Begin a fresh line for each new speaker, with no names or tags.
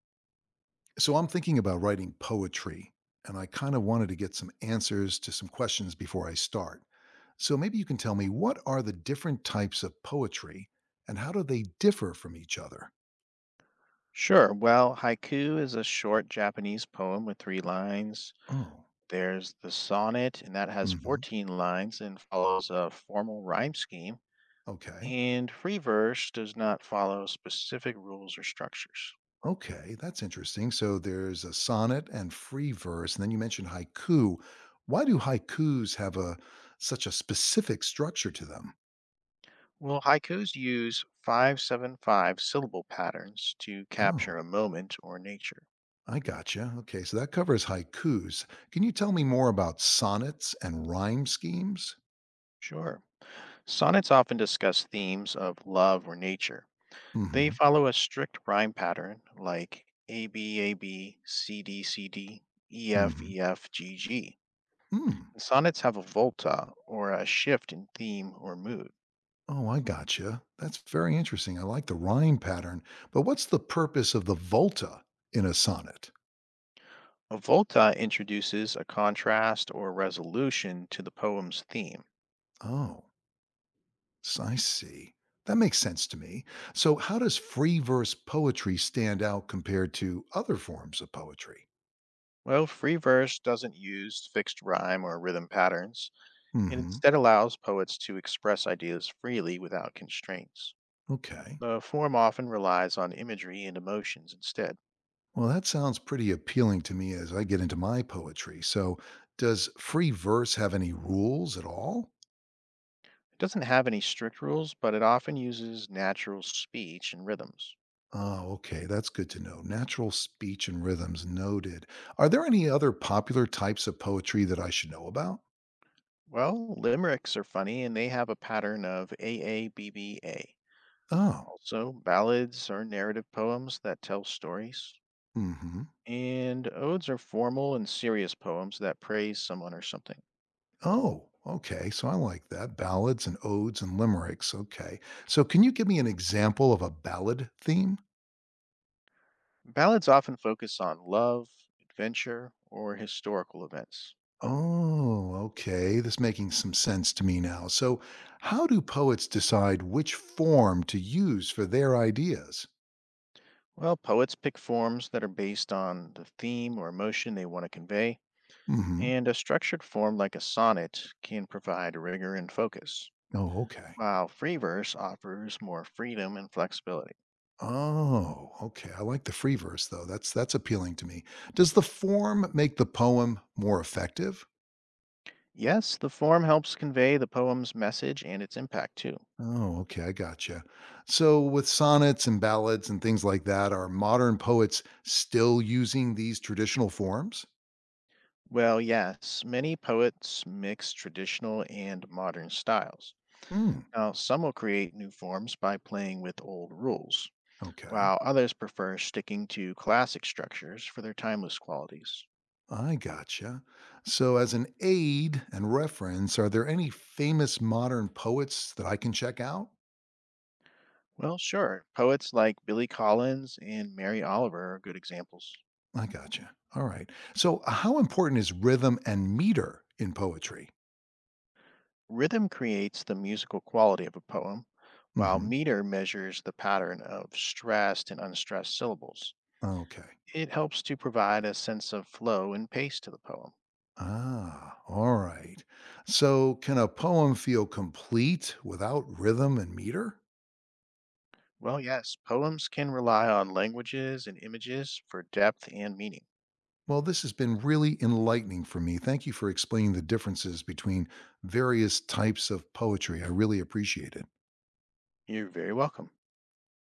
So I'm thinking about writing poetry, and I kind of wanted to get some answers to some questions before I start. So maybe you can tell me, what are the different types of poetry and how do they differ from each other?
Sure. Well, haiku is a short Japanese poem with three lines.
Oh,
There's the sonnet, and that has
hmm,
14 lines and follows a formal rhyme scheme.
okay.
And free verse does not follow specific rules or structures.
Okay, that's interesting. So there's a sonnet and free verse, and then you mentioned haiku. Why do haikus have a such a specific structure to them?
Well, haikus use 575 syllable patterns to capture
Oh,
a moment or nature.
I gotcha. Okay, so that covers haikus. Can you tell me more about sonnets and rhyme schemes?
Sure. Sonnets often discuss themes of love or nature. They
Mm-hmm.
follow a strict rhyme pattern like AB, AB, CD,
Mm-hmm.
GG.
Mm.
And sonnets have a volta or a shift in theme or mood.
Oh, I gotcha. That's very interesting. I like the rhyme pattern. But what's the purpose of the volta in a sonnet?
A volta introduces a contrast or resolution to the poem's theme.
Oh, I see. That makes sense to me. So how does free verse poetry stand out compared to other forms of poetry?
Well, free verse doesn't use fixed rhyme or rhythm patterns. It
Mm-hmm.
instead allows poets to express ideas freely without constraints.
Okay.
The form often relies on imagery and emotions instead.
Well, that sounds pretty appealing to me as I get into my poetry. So, does free verse have any rules at all?
It doesn't have any strict rules, but it often uses natural speech and rhythms.
Oh, okay. That's good to know. Natural speech and rhythms noted. Are there any other popular types of poetry that I should know about?
Well, limericks are funny and they have a pattern of AABBA.
Oh,
Also, ballads are narrative poems that tell stories,
mm hmm.
and odes are formal and serious poems that praise someone or something.
Oh, okay. So, I like that. Ballads and odes and limericks. Okay. So, can you give me an example of a ballad theme?
Ballads often focus on love, adventure, or historical events.
Oh, okay. That's making some sense to me now. So, how do poets decide which form to use for their ideas?
Well, poets pick forms that are based on the theme or emotion they want to convey
Hmm.
and a structured form like a sonnet can provide rigor and focus,
Oh, okay.
while free verse offers more freedom and flexibility.
Oh, okay. I like the free verse though. That's appealing to me. Does the form make the poem more effective?
Yes, the form helps convey the poem's message and its impact too.
Oh, okay. I gotcha. So, with sonnets and ballads and things like that, are modern poets still using these traditional forms?
Well, yes, many poets mix traditional and modern styles.
Hmm.
Now, some will create new forms by playing with old rules,
Okay.
while others prefer sticking to classic structures for their timeless qualities.
I gotcha. So, as an aid and reference, are there any famous modern poets that I can check out?
Well, sure, poets like Billy Collins and Mary Oliver are good examples.
I gotcha. All right. So, how important is rhythm and meter in poetry?
Rhythm creates the musical quality of a poem, while
Hmm.
meter measures the pattern of stressed and unstressed syllables.
Okay.
It helps to provide a sense of flow and pace to the poem.
Ah, all right. So, can a poem feel complete without rhythm and meter?
Well, yes, poems can rely on languages and images for depth and meaning.
Well, this has been really enlightening for me. Thank you for explaining the differences between various types of poetry. I really appreciate it.
You're very welcome.